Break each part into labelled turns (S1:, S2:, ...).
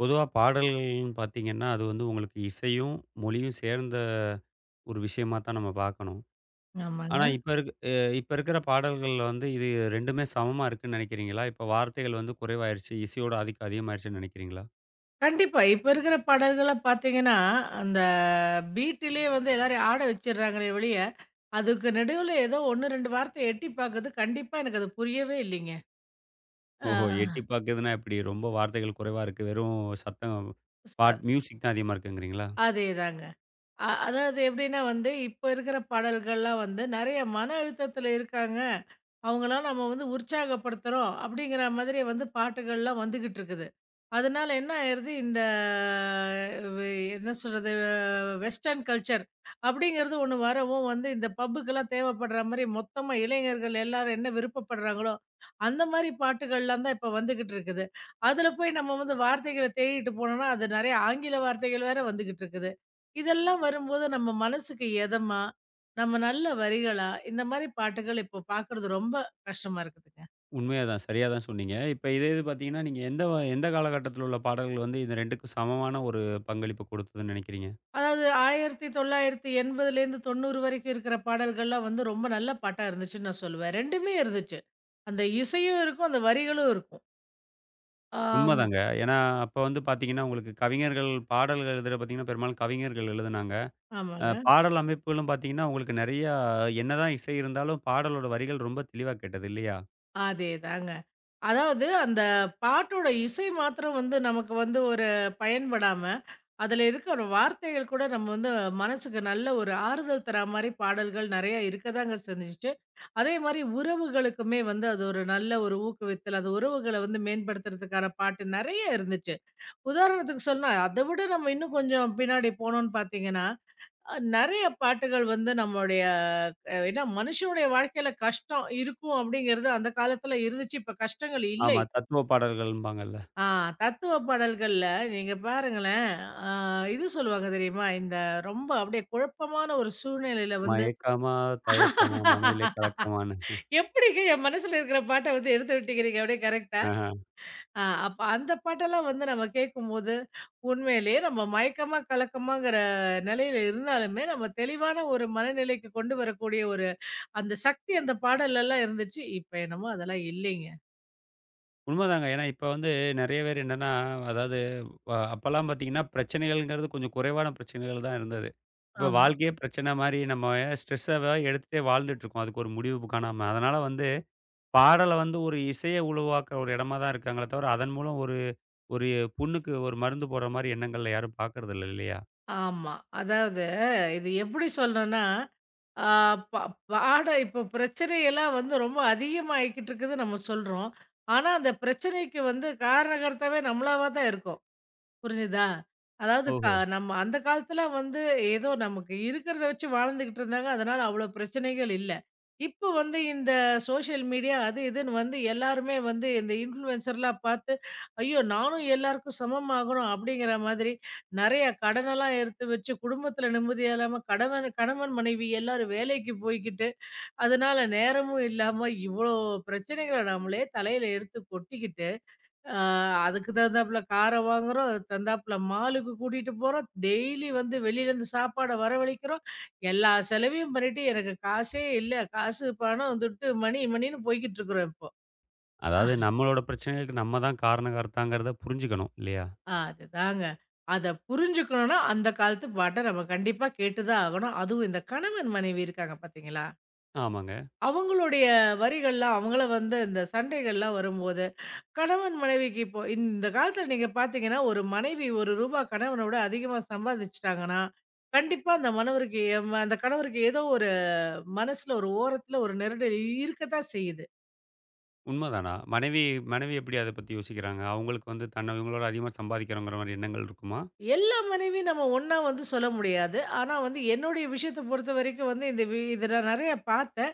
S1: பொதுவா பாடல்கள்ன்னு பார்த்தீங்கன்னா, அது வந்து உங்களுக்கு இசையும், மொழியும் சேர்ந்த ஒரு விஷயமா தான் நம்ம பார்க்கணும்.
S2: ஆமாங்க.
S1: ஆனா இப்ப இருக்கிற பாடல்கள்ல வந்து இது 2மே சமமா இருக்குன்னு நினைக்கிறீங்களா? இப்ப வார்த்தைகள் வந்து குறைவாயிருச்சு, இசையோட ஆதிக்கம் அதிகமாயிருச்சுன்னு நினைக்கிறீங்களா?
S2: கண்டிப்பா. இப்ப இருக்கிற பாடல்கள பார்த்தீங்கன்னா, அந்த பீட்டுலயே வந்து எல்லாரையும் ஆட வச்சுடுறாங்களே ஒழிய, அதுக்கு நடுவுல ஏதோ 1, 2 வார்த்தை எட்டி பார்க்குது. கண்டிப்பா எனக்கு அது புரியவே இல்லைங்க.
S1: ஓஹோ! எட்டி
S2: ஆ.
S1: பார்க்குதுன்னா எப்படி? ரொம்ப வார்த்தைகள் குறைவா இருக்கு. வெறும் சத்தம்
S2: ச
S1: பாட் மியூசிக் தான் அதிகமா இருக்குங்கிறீங்களா?
S2: அதேதாங்க. அதாவது எப்படின்னா வந்து, இப்ப இருக்கிற பாடல்கள்லாம் வந்து நெறைய மன அழுத்தத்தில இருக்காங்க. அவங்கலாம் நம்ம வந்து உற்சாகப்படுத்துறோம். அப்படிங்கிற மாதிரி வந்து பாட்டுகள்லாம் வந்துகிட்டு இருக்குது. அதனால என்ன ஆயிருது, இந்த வே என்ன சொல்றது வெஸ்டர்ன் கல்ச்சர் அப்படிங்கிறது ஒண்ணு வரவும் வந்து இந்த பப்புக்கெல்லாம் தேவைப்படுற மாரி மொத்தமா இளைஞர்கள் எல்லாரும் என்ன விருப்பப்படுறாங்களோ, அந்த மாரி பாட்டுகள்லாம் தான் இப்ப வந்துகிட்டு இருக்குது. அதுல போய் நம்ம வந்து வார்த்தைகள தேடிட்டு போனோம்னா, அது நெறைய ஆங்கில வார்த்தைகள் வேற வந்துகிட்டு இருக்குது. இதெல்லாம் வரும்போது நம்ம மனசுக்கு எதமா, நம்ம நல்ல வரிகளா, இந்த மாரி பாட்டுகள் இப்போ பார்க்குறது ரொம்ப கஷ்டமா இருக்குதுங்க.
S1: உண்மையா தான். சரியா தான் சொன்னீங்க. இப்ப இதே இது பார்த்தீங்கன்னா, நீங்க எந்த காலகட்டத்தில உள்ள பாடல்கள் வந்து இந்த 2க்கும் சமமான ஒரு பங்களிப்பு கொடுத்ததுன்னு நினைக்கிறீங்க?
S2: அதாவது 1980லேருந்து 90 வரைக்கும் இருக்கிற பாடல்கள்லாம் வந்து ரொம்ப நல்ல பாட்டா இருந்துச்சுன்னு நான் சொல்லுவேன். 2மே இருந்துச்சு. அந்த இசையும் இருக்கும், அந்த வரிகளும் இருக்கும். ஆம்.
S1: உண்மதாங்க. ஏன்னா, அப்ப வந்து பார்த்தீங்கன்னா, உங்களுக்கு கவிஞர்கள் பாடல்கள் எழுதுற பார்த்தீங்கன்னா, பெரும்பாலும் கவிஞர்கள் எழுதுனாங்க.
S2: ஆமாங்க.
S1: பாடல் அமைப்புகளும் பார்த்தீங்கன்னா, உங்களுக்கு நெறையா என்னதான் இசை இருந்தாலும், பாடலோட வரிகள் ரொம்ப தெளிவா கேட்டது இல்லையா?
S2: அதேதாங்க. அதாவது அந்த பாட்டோட இசை மாத்திரம் வந்து நமக்கு வந்து ஒரு பயன்படாம, அதுல இருக்கிற வார்த்தைகள் கூட நம்ம வந்து மனசுக்கு நல்ல ஒரு ஆறுதல் தரா மாரி பாடல்கள் நெறைய இருக்கதாங்க செஞ்சுச்சு. அதே மாரி உறவுகளுக்குமே வந்து அது ஒரு நல்ல ஒரு ஊக்குவித்தல், அது உறவுகள வந்து மேம்படுத்துறதுக்கான பாட்டு நெறைய இருந்துச்சு. உதாரணத்துக்கு சொன்னா, அத விட நம்ம இன்னும் கொஞ்சம் பின்னாடி போனோம்னு பார்த்தீங்கன்னா, நெறைய பாட்டுகள் வந்து நம்மளுடைய ஏன்னா மனுஷனுடைய வாழ்க்கையில கஷ்டம் இருக்கும் அப்படிங்கிறது அந்த காலத்துல இருந்துச்சு. இப்ப கஷ்டங்கள்
S1: ஆமா.
S2: இல்லை.
S1: தத்துவ பாடல்கள்ம்பாங்கல்ல.
S2: ஆ தத்துவ பாடல்கள்ல நீங்க பாருங்களேன், அ இது சொல்லுவாங்க தெரியுமா? இந்த ரொம்ப அப்படியே குழப்பமான ஒரு சூழ்நிலையில வந்து
S1: மயக்கமா, தயக்கமா, மனதிலே கலக்கமான்னு.
S2: எப்படிங்க என் மனசுல இருக்கிற பாட்ட வந்து எடுத்து விட்டுக்கிறீங்க அப்படியே கரெக்ட்டா?
S1: ஆஹா.
S2: அப்ப அந்த பாட்டெல்லாம் வந்து நம்ம கேட்கும்போது, உண்மையிலேயே நம்ம மயக்கமா, கலக்கமாங்கிற நிலையில இருந்தாலுமே, நம்ம தெளிவான ஒரு மனநிலைக்கு கொண்டு வரக்கூடிய ஒரு அந்த சக்தி அந்த பாடல்லலாம் இருந்துச்சு. இப்ப என்னமோ அதெல்லாம் இல்லைங்க.
S1: உண்மதாங்க. ஏன்னா, இப்ப வந்து நெறைய பேர் என்னன்னா, அதாவது அப்பலாம் பார்த்தீங்கன்னா, பிரச்சனைகள்ங்கிறது கொஞ்சம் குறைவான பிரச்சனைகள் தான் இருந்தது. இப்ப
S2: ஆமா.
S1: வாழ்க்கையே பிரச்சனை மாரி நம்ம ஸ்ட்ரெஸ்ஸாவே எடுத்துட்டே வாழ்ந்துட்டுருக்கோம். அதுக்கு ஒரு முடிவு காணாம. அதனால வந்து பாடல வந்து ஒரு இசைய உருவாக்குற ஒரு இடமா தான் இருக்காங்களே தவிர, அதன் மூலம் ஒரு ஒரு புண்ணுக்கு ஒரு மருந்து போடுற மாரி எண்ணங்கள்ல யாரும் பார்க்கறதில்ல இல்லையா?
S2: ஆமா. அதாவது இது எப்படி சொல்றேன்னா, ஆ ப பாட இப்ப பிரச்சனையெல்லாம் வந்து ரொம்ப அதிகமாயிக்கிட்டு இருக்குதுன்னு நம்ம சொல்றோம். ஆனா, அந்த பிரச்சனைக்கு வந்து காரணகர்த்தாவே நம்மளாவா தான் இருக்கோம். புரிஞ்சுதா? அதாவது
S1: ஓஹோ!
S2: நம்ம அந்த காலத்துல வந்து ஏதோ நமக்கு இருக்கிறத வச்சு வாழ்ந்துகிட்டு இருந்தாங்க. அதனால அவ்வளோ பிரச்சனைகள் இல்ல. இப்போ வந்து இந்த சோஷியல் மீடியா அது இதுன்னு வந்து எல்லாருமே வந்து இந்த இன்ஃப்ளூயன்சர்லாம் பார்த்து, ஐயோ! நானும் எல்லாருக்கும் சமமாகணும் அப்படிங்கிற மாதிரி நெறைய கடனெல்லாம் எடுத்து வச்சு குடும்பத்துல நிம்மதியா இல்லாம கணவன் கணவன் மனைவி எல்லாரும் வேலைக்கு போய்க்கிட்டு, அதனால நேரமும் இல்லாம இவ்வளோ பிரச்சனைகள நம்மளே தலையில எடுத்து கொட்டிக்கிட்டு ஆ அதுக்கு தகுந்தாப்புல கார வாங்குறோம். அதுக்கு தகுந்தாப்புல மாலுக்கு கூட்டிட்டு போறோம். டெய்லி வந்து வெளியிலேருந்து சாப்பாட வரவழைக்கிறோம். எல்லா செலவையும் பண்ணிட்டு எனக்கு காசே இல்ல. காசு, பணம், துட்டு, மணி மணின்னு போய்க்கிட்டு இருக்கிறோம் இப்போ.
S1: அதாவது
S2: ஆஹ்.
S1: நம்மளோட பிரச்சனைகளுக்கு நம்ம தான் காரணகர்த்தாங்கிறத புரிஞ்சுக்கணும் இல்லையா?
S2: அதுதாங்க. அத புரிஞ்சுக்கணும்னா அந்த காலத்து பாட்ட நம்ம கண்டிப்பா கேட்டு தான் ஆகணும். அதுவும் இந்த கணவன், மனைவி இருக்காங்க பார்த்தீங்களா?
S1: ஆமாங்க.
S2: அவங்களுடைய வரிகள்லாம் அவங்கள வந்து இந்த சண்டைகள்லாம் வரும்போது கணவன் மனைவிக்கு இப்போ இந்த காலத்துல நீங்க பார்த்தீங்கன்னா, ஒரு மனைவி ரூ. 1 கணவனோட அதிகமா சம்பாதிச்சுட்டாங்கன்னா, கண்டிப்பா அந்த மணவருக்கு எம் அந்த கணவருக்கு ஏதோ ஒரு மனசுல ஒரு ஓரத்துல ஒரு நெருடல் இருக்கத்தான் செய்யுது.
S1: உண்மதானா? மனைவி மனைவி எப்படி அத பத்தி யோசிக்கிறாங்க? அவங்களுக்கு வந்து தன்ன இவங்களோட அதிகமா சம்பாதிக்கிறோங்கிற மாரி எண்ணங்கள் இருக்குமா?
S2: எல்லா மனைவியும் நம்ம ஒண்ணா வந்து சொல்ல முடியாது. ஆனா வந்து என்னுடைய விஷயத்த பொறுத்த வரைக்கும் வந்து இந்த இத நான் நெறைய பார்த்தேன்.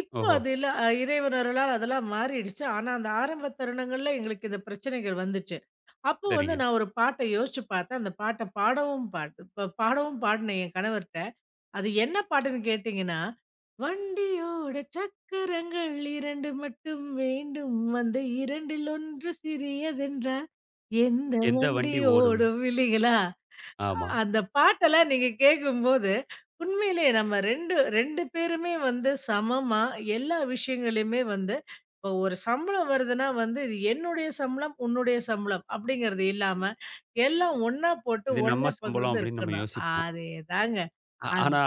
S2: இப்போ
S1: ஓஹோ!
S2: அது இல்ல இறைவன் அருளால் அதெல்லாம் மாறிடுச்சு. ஆனா அந்த ஆரம்ப தருணங்கள்ல எங்களுக்கு இந்த பிரச்சனைகள் வந்துச்சு. அப்போ வந்து
S1: சரிங்க.
S2: நான் ஒரு பாட்ட யோசிச்சு பார்த்தேன். அந்த பாட்ட பாடவும் பாட் ப பாடவும் பாடுனேன் என் கணவர்ட்ட. அது என்ன பாட்டுன்னு கேட்டீங்கன்னா, "வண்டியோட சக்கரங்கள் 2 மட்டும் வேண்டும். அந்த 2ல் 1 சிறியதென்றால் எந்த
S1: எந்த
S2: வண்டி
S1: வண்டி ஓடும்?
S2: ஓடும்" இல்லீங்களா?
S1: ஆமா.
S2: அந்த பாட்டெல்லாம் நீங்க கேட்கும்போது, உண்மையிலே நம்ம 2 பேருமே வந்து சமமா எல்லா விஷயங்களையுமே வந்து இப்போ ஒரு சம்பளம் வருதுன்னா வந்து, இது என்னுடைய சம்பளம், உன்னுடைய சம்பளம் அப்படிங்கிறது இல்லாம, எல்லாம் ஒண்ணா போட்டு
S1: இது நம்ம
S2: ஒண்ணா
S1: சம்பளம்
S2: பகிர்ந்து
S1: அப்படின்னு நம்ம
S2: இருக்கணும்.
S1: யோசிப்போம்.
S2: அதேதாங்க. அந்
S1: ஆனா,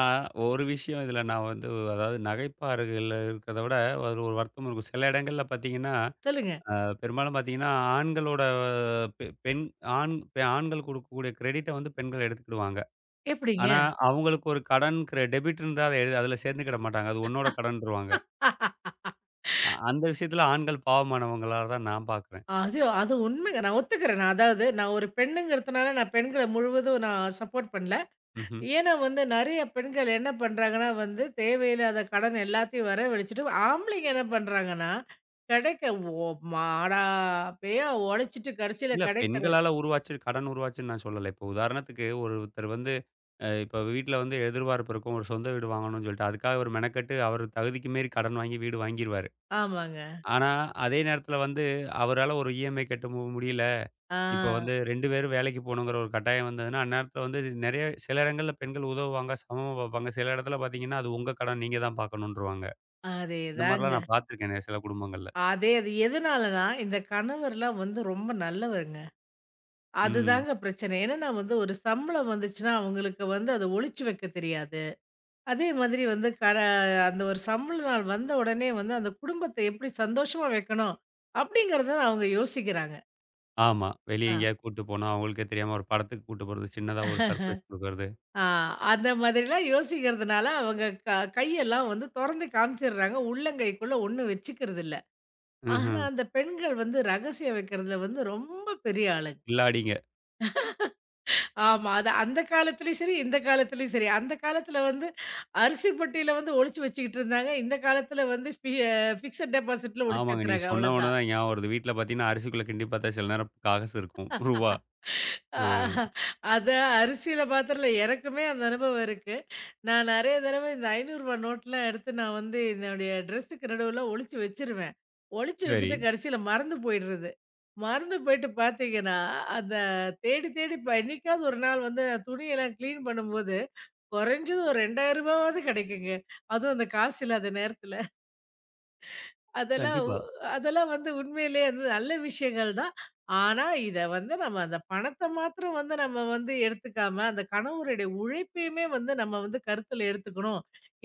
S1: ஒரு விஷயம் இதில நான் வந்து அதாவது நகைப்பாறுகள்ல இருக்கிறத விட, அதில ஒரு வருத்தமும் இருக்கும். சில இடங்கள்ல பார்த்தீங்கன்னா,
S2: சொல்லுங்க.
S1: அ பெரும்பாலும் பார்த்தீங்கன்னா, ஆண்களோட பெ பெண் ஆண் பெ- ஆண்கள் குடுக்கக்கூடிய கிரெடிட்ட வந்து பெண்கள் எடுத்துக்கிடுவாங்க.
S2: எப்படிங்க?
S1: ஆனா, அவங்களுக்கு ஒரு கடன் டெபிட் இருந்தா அத எழு அதில சேர்ந்துக்கிட மாட்டாங்க. அது உன்னோட கடன்ருவாங்க. அந்த விஷயத்தில ஆண்கள் பாவமானவங்களா தான் நான் பார்க்குறேன்.
S2: அது அது உண்மைங்க. நான் ஒத்துக்கிறேன். நான் அதாவது நான் ஒரு பெண்ணுங்கிறதுனால நான் பெண்கள முழுவதும் நான் சப்போர்ட் பண்ணல.
S1: ம்ஹ்ம்.
S2: ஏன்னா வந்து நெறைய பெண்கள் என்ன பண்றாங்கன்னா வந்து, தேவையில்லாத கடன் எல்லாத்தையும் வரவழிச்சுட்டு, ஆம்பளைங்க என்ன பண்றாங்கன்னா, கிடைக்க ஓ மாடா பேயா உழைச்சிட்டு கடைசியில
S1: இல்ல
S2: கிடைக்கிறது
S1: பெண்களால உருவாச்சு கடன் உருவாச்சுன்னு நான் சொல்லல. இப்போ உதாரணத்துக்கு ஒருத்தர் வந்து இப்போ வீட்ல வந்து எதிர்பார்ப்பு இருக்கும். ஒரு சொந்த வீடு வாங்கணும்னு சொல்லிட்டு, அதுக்காக அவர் மெனக்கெட்டு அவர் தகுதிக்கு மீறி கடன் வாங்கி வீடு வாங்கிருவாரு.
S2: ஆமாங்க.
S1: ஆனா, அதே நேரத்தில வந்து அவரால ஒரு இஎம்ஐ கட்ட முடியல.
S2: ஆ
S1: இப்போ வந்து 2 பேரும் வேலைக்கு போகணுங்கிற ஒரு கட்டாயம் வந்ததுன்னா, அந்நேரத்தில வந்து நெறைய சில இடங்கள்ல பெண்கள் உதவுவாங்க, சமமா பார்ப்பாங்க. சில இடத்துல பார்த்தீங்கன்னா, அது உங்க கடன் நீங்க தான் பார்க்கணுன்ருவாங்க. இந்த மாரிலாம்
S2: அதேதாங்க.
S1: நான் பார்த்துருக்கேன் சில குடும்பங்கள்ல.
S2: அதே அது எதனாலனா, இந்த கணவர்லாம் வந்து ரொம்ப நல்லவருங்க.
S1: ம்.
S2: அதுதாங்க பிரச்சனை. என்னன்னா வந்து ஒரு சம்பளம் வந்துச்சுன்னா, அவங்களுக்கு வந்து அத ஒளிச்சு வைக்க தெரியாது. அதே மாதிரி வந்து அந்த ஒரு சம்பள நாள் வந்த உடனே வந்து, அந்த குடும்பத்த எப்படி சந்தோஷமா வைக்கணும்? அப்படிங்கிறத அவங்க யோசிக்கிறாங்க.
S1: ஆமா. வெளிய
S2: ஆ.
S1: எங்கேயாவது கூட்டு போனா, அவங்களுக்கே தெரியாம ஒரு படத்துக்கு கூட்டு போறது, சின்னதா ஒரு சர்ப்ரைஸ் குடுக்குறது.
S2: ஆ அந்த மாதிரிலாம் யோசிக்கிறதுனால, அவங்க கையெல்லாம் வந்து தொறந்து காமிச்சிடுறாங்க. உள்ளங்கைக்குள்ள ஒண்ணும் வச்சுக்கிறதில்ல. ஆனா,
S1: ம்ஹ்ம்.
S2: அந்த பெண்கள் வந்து ரகசியம் வைக்கிறதுல வந்து ரொம்ப பெரிய ஆளுங்க.
S1: கில்லாடிங்க.
S2: ஆமா. அது அந்த காலத்திலயும் சரி, இந்த காலத்திலயும் சரி. அந்த காலத்தில வந்து அரிசி பெட்டியில வந்து ஒளிச்சு வச்சுக்கிட்டு இருந்தாங்க. இந்த காலத்தில வந்து ஃபிக்ஸட் டெபாசிட்ல ஒளிச்சு
S1: ஆமாங்க. நீங்க
S2: வைக்கிறாங்க.
S1: சொன்ன உடனே
S2: அவ்வளோதான்.
S1: தான் ஞாபகம் வருது. வீட்ல பார்த்தீங்கன்னா, அரிசிக்குள்ள கிண்டி பார்த்தா சில நேரம் காகஸ் இருக்கும். ரூவா.
S2: ஆ,
S1: ஆ
S2: அதான் அரிசியில பாத்திரல எனக்குமே அந்த அனுபவம் இருக்கு. நான் நெறைய தடவ இந்த ரூ. 500 நோட்லாம் எடுத்து நான் வந்து என்னுடைய ட்ரெஸ்ஸுக்கு நடுவுல ஒளிச்சு வச்சுருவேன். ஒளிச்சு
S1: சரி.
S2: வச்சுட்டு கடைசியில மறந்து போயிடுறது. மறந்து போயிட்டு பாத்தீங்கன்னா, அந்த தேடி தேடி இப்ப என்னைக்காவது ஒரு நாள் வந்து நான் துணியெல்லாம் கிளீன் பண்ணும்போது, குறைஞ்சது ஒரு ரூ. 2000 வாவது கிடைக்குங்க. அதுவும் அந்த காசு இல்லாத நேரத்துல. அதெல்லாம் உ
S1: கண்டிப்பா.
S2: அதெல்லாம் வந்து உண்மையிலேயே அது நல்ல விஷயங்கள் தான். ஆனா, இத வந்து நம்ம அந்த பணத்த மாத்திரம் வந்து நம்ம வந்து எடுத்துக்காம, அந்த கணவருடைய உழைப்பையுமே வந்து நம்ம வந்து கருத்துல எடுத்துக்கணும்.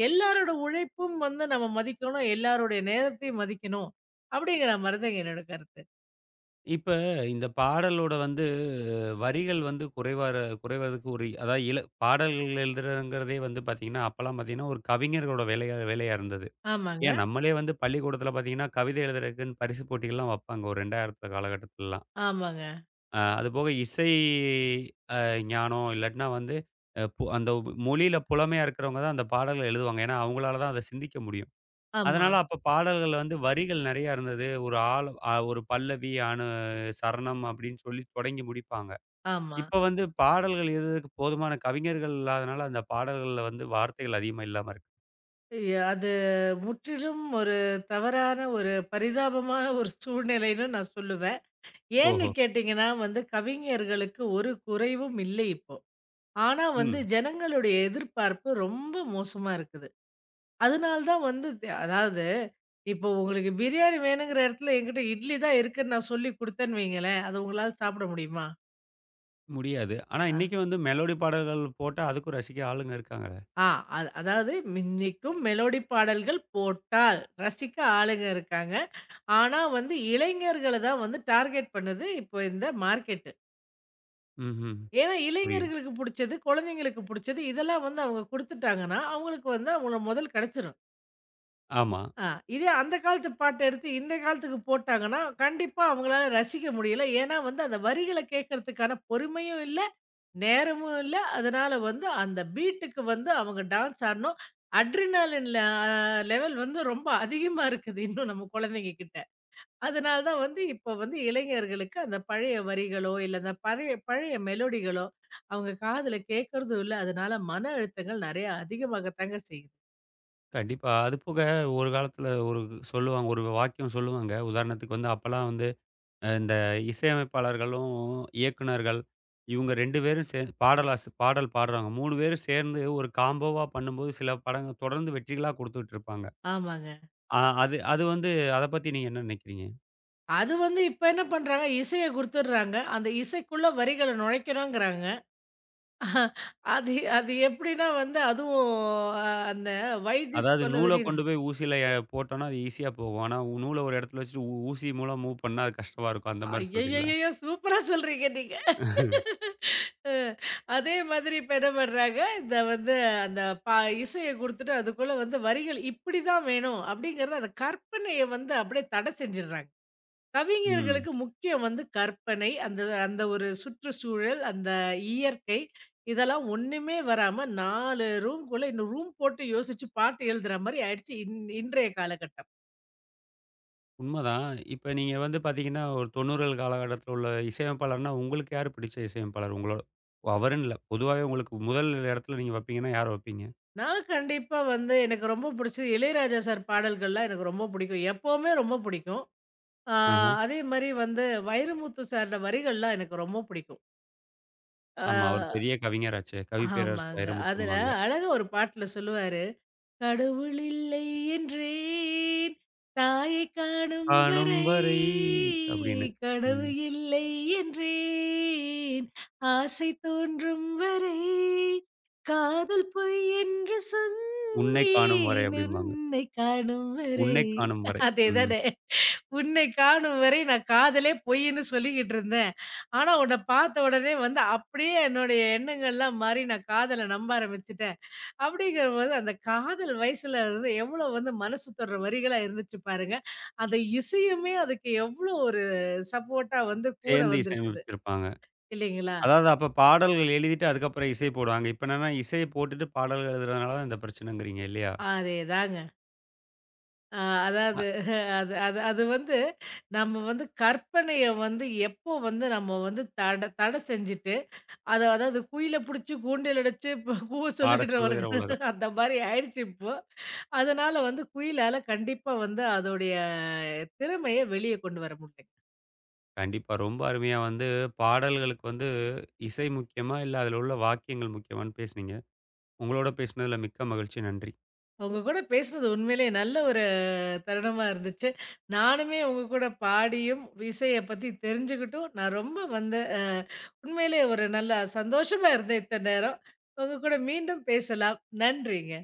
S2: எல்லாரோட உழைப்பும் வந்து நம்ம மதிக்கணும். எல்லாருடைய நேரத்தையும் மதிக்கணும். அப்படிங்கிற மாரி தான் என்னோட கருத்து.
S1: இப்ப இந்த பாடலோட வந்து வரிகள் வந்து குறைவதற்கு ஒரு அதாவது இல பாடல்கள் எழுதுறதுங்கிறதே வந்து பார்த்தீங்கன்னா, அப்பலாம் பார்த்தீங்கன்னா, ஒரு கவிஞர்களோட வேலையா வேலையா இருந்தது.
S2: ஆமாங்க,
S1: ஏன் நம்மளே வந்து பள்ளிக்கூடத்தில பார்த்தீங்கன்னா, கவிதை எழுதுறதுக்குன்னு பரிசு போட்டிகள்லாம் வப்பாங்க. ஒரு 2000 காலகட்டத்திலலாம்.
S2: ஆமாங்க.
S1: அதுபோக இசை அ ஞானம் இல்லாட்டினா வந்து அ பு அந்த மொழியில புலமையா இருக்கிறவங்க தான் அந்த பாடல்கள எழுதுவாங்க. ஏன்னா, அவங்களால தான் அத சிந்திக்க முடியும்.
S2: ஆமா,
S1: அதனால அப்ப பாடல்கள்ல வந்து வரிகள் நெறையா இருந்தது. ஒரு ஆள் அ ஒரு பல்லவி, அணு சரணம் அப்படின்னு சொல்லி தொடங்கி முடிப்பாங்க.
S2: ஆமா.
S1: இப்ப வந்து பாடல்கள் எழுதுறதுக்கு போதுமான கவிஞர்கள் இல்லாதனால, அந்த பாடல்கள்ல வந்து வார்த்தைகள் அதிகமா இல்லாம இருக்கு.
S2: அது முற்றிலும் ஒரு தவறான ஒரு பரிதாபமான ஒரு சூழ்நிலைன்னு நான் சொல்லுவேன். ஏன்னு
S1: ஓஹோ!
S2: கேட்டீங்கன்னா வந்து கவிஞர்களுக்கு ஒரு குறைவும் இல்லை இப்போ. ஆனா வந்து
S1: ம்.
S2: ஜனங்களுடைய எதிர்பார்ப்பு ரொம்ப மோசமா இருக்குது. அதனால தான் வந்து அதாவது இப்போ உங்களுக்கு பிரியாணி வேணுங்கிற இடத்துல என்கிட்ட இட்லி தான் இருக்குன்னு நான் சொல்லி குடுத்தேன்னு வைங்களேன், அது உங்களால சாப்பிட முடியுமா?
S1: முடியாது. ஆனா,
S2: ஆ.
S1: இன்னைக்கு வந்து மெலோடி பாடல்கள் போட்டா, அதுக்கும் ரசிக்க ஆளுங்க இருக்காங்களே.
S2: ஆ அது அதாவது இன்னைக்கும் மெலோடி பாடல்கள் போட்டால் ரசிக்க ஆளுங்க இருக்காங்க. ஆனா வந்து இளைஞர்கள தான் வந்து டார்கெட் பண்ணுது இப்போ இந்த மார்க்கெட்டு.
S1: ம்ஹ்ம்.
S2: ஏன்னா
S1: புரியுது.
S2: இளைஞர்களுக்கு புடிச்சது, குழந்தைங்களுக்கு புடிச்சது, இதெல்லாம் வந்து அவங்க குடுத்துட்டாங்கன்னா, அவங்களுக்கு வந்து அவங்கள முதல் கிடைச்சிரும்.
S1: ஆமா.
S2: ஆ இதே அந்த காலத்து பாட்ட எடுத்து இந்த காலத்துக்கு போட்டாங்கன்னா, கண்டிப்பா அவங்களால ரசிக்க முடியல. ஏன்னா வந்து அந்த வரிகள கேட்கறதுக்கான பொறுமையும் இல்ல, நேரமும் இல்ல. அதனால வந்து அந்த பீட்டுக்கு வந்து அவங்க டான்ஸ் ஆடணும். அட்ரினாலின் லெவல் வந்து ரொம்ப அதிகமா இருக்குது இன்னும் நம்ம குழந்தைங்க கிட்ட. அதனால தான் வந்து இப்ப வந்து இளைஞர்களுக்கு அந்த பழைய வரிகளோ, இல்ல அந்த பழைய பழைய மெலோடிகளோ அவங்க காதுல கேட்கறதும் இல்ல. அதனால மன அழுத்தங்கள் நெறைய அதிகமாகத்தாங்க செய்யுது.
S1: கண்டிப்பா. அதுபோக ஒரு காலத்துல ஒரு சொல்லுவாங்க. ஒரு வாக்கியம் சொல்லுவாங்க. உதாரணத்துக்கு வந்து அப்பலாம் வந்து இந்த இசையமைப்பாளர்களும், இயக்குனர்கள் இவங்க 2 பேரும் சே பாடலாஸ் பாடல் பாடுறாங்க. 3 பேரும் சேர்ந்து ஒரு காம்போவா பண்ணும்போது சில படங்கள் தொடர்ந்து வெற்றிகளா குடுத்துட்டு இருப்பாங்க.
S2: ஆமாங்க.
S1: அ அது அது வந்து அத பத்தி நீங்க என்ன நினைக்கிறீங்க?
S2: அது வந்து இப்ப என்ன பண்றாங்க, இசைய குடுத்துடுறாங்க. அந்த இசைக்குள்ள வரிகள நுழைக்கணுங்கிறாங்க. அது அது எப்படின்னா வந்து அதுவும் அந்த வைத்தி
S1: அதாவது நூல
S2: கொலவெறி
S1: கொண்டு போய் ஊசியில போட்டோம்னா அது ஈஸியா போகும். ஆனா நூல ஒரு இடத்துல வச்சுட்டு ஊசி மூலம் மூவ் பண்ணா அது கஷ்டமா இருக்கும். அந்த மாரி சொல்றீங்களா?
S2: ஐயய்யய்யோ! சூப்பரா சொல்றீங்க நீங்க. அ அதே மாதிரி இப்ப என்ன பண்றாங்க, இந்த வந்து அந்த பா இசைய குடுத்துட்டு அதுக்குள்ள வந்து வரிகள் இப்படிதான் வேணும் அப்படிங்கிறத அந்த கற்பனைய வந்து அப்படியே தடை செஞ்சுடுறாங்க.
S1: ம்.
S2: கவிஞர்களுக்கு முக்கியம் வந்து கற்பனை, அந்த அந்த ஒரு சுற்றுச்சூழல், அந்த இயற்கை இதெல்லாம் ஒண்ணுமே வராம 4 ரூம்க்குள்ள இன்னும் ரூம் போட்டு யோசிச்சு பாட்டு எழுதுற மாரி ஆயிடுச்சு இன்றைய காலகட்டம்.
S1: உண்மதான். இப்ப நீங்க வந்து பார்த்தீங்கன்னா, ஒரு 90கள் காலகட்டத்தில உள்ள இசையமைப்பாளர்னா, உங்களுக்கு யாரு பிடிச்ச இசையமைப்பாளர்? உங்களோட ஓ, அவருன்னு இல்ல. பொதுவாவே உங்களுக்கு முதல் இடத்துல நீங்க வைப்பீங்கன்னா, யார வைப்பீங்க?
S2: நான் கண்டிப்பா வந்து எனக்கு ரொம்ப பிடிச்சது இளையராஜா சார் பாடல்கள்லாம் எனக்கு ரொம்ப பிடிக்கும். எப்பவுமே ரொம்ப பிடிக்கும். ஆ
S1: ஆஹ.
S2: அதே மாரி வந்து வைரமுத்து சாரோட வரிகள்லாம் எனக்கு ரொம்ப பிடிக்கும். ஆ
S1: ஆமா. அவர் பெரிய கவிஞராச்சே. கவி பேரரசு
S2: ஆமாங்க. அதுல
S1: வைரமுத்தும்பாங்க.
S2: அழகா ஒரு பாட்டுல சொல்லுவாரு. கடவுள் இல்லை என்றேன் தாயை காணும்
S1: "காணும்
S2: வரை
S1: வரை" அப்படின்னு. ம்.
S2: கனவு இல்லை என்றேன் ஆசை தோன்றும் வரை காதல் பொய் என்று
S1: "உன்னை காணும் வரை"
S2: சொன்னேன்
S1: அப்படிம்பாங்க.
S2: உன்னை காணும் வரை
S1: "உன்னை காணும் வரை." ம்.
S2: அதேதானே உன்னை காணும் வரை நான் காதலே பொய்ன்னு சொல்லிக்கிட்டு இருந்தேன். ஆனா, உன்ன பார்த்த உடனே வந்து அப்படியே என்னுடைய எண்ணங்கள்லாம் மாறி நான் காதல நம்ப ஆரம்பிச்சுட்டேன்." அப்படிங்கிறபோது அந்த காதல் வயசுல வந்து எவ்வளோ வந்து மனசு தொடுற வரிகளா இருந்துச்சு பாருங்க. அந்த இசையுமே அதுக்கு எவ்வளோ ஒரு சப்போர்ட்டா வந்து கூட
S1: சேர்ந்து
S2: வந்திருக்குது.
S1: இசையமைச்சிருப்பாங்க.
S2: இல்லைங்களா?
S1: அதாவது அப்ப பாடல்கள் எழுதிட்டு அதுக்கப்புறம் இசை போடுவாங்க. இப்ப என்னன்னா, இசைய போட்டுட்டு பாடல்கள் எழுதுறதுனால தான் இந்த பிரச்சனைங்கிறீங்க இல்லையா?
S2: அதேதாங்க. அ
S1: அ
S2: அதாவது அது அது அது வந்து நம்ம வந்து கற்பனைய வந்து எப்போ வந்து நம்ம வந்து தடை செஞ்சுட்டு, அத அதாவது குயில புடிச்சு கூண்டில் அடைச்சு இப்ப கூவ
S1: பாடச் சொல்லுகிற
S2: சொல்லிக்கிட்டுறவளுக்கு
S1: உலகம்.
S2: அந்த மாரி ஆயிடுச்சு இப்போ. அதனால வந்து குயிலால கண்டிப்பா வந்து அதோடைய திறமைய வெளிய கொண்டு வர முடியல.
S1: கண்டிப்பா. ரொம்ப அருமையா வந்து பாடல்களுக்கு வந்து இசை முக்கியமா? இல்ல அதில உள்ள வாக்கியங்கள் முக்கியமான்னு பேசுனீங்க. உங்களோட பேசினதில மிக்க மகிழ்ச்சி. நன்றி.
S2: உங்க கூட பேசுனது உண்மையிலேயே நல்ல ஒரு தருணமா இருந்துச்சு. நானுமே உங்க கூட பாடியும், இசைய பத்தி தெரிஞ்சுக்கிட்டும், நான் ரொம்ப வந்து உண்மையிலேயே ஒரு நல்லா சந்தோஷமா இருந்தேன் இத்தன நேரம். உங்க கூட மீண்டும் பேசலாம். நன்றிங்க.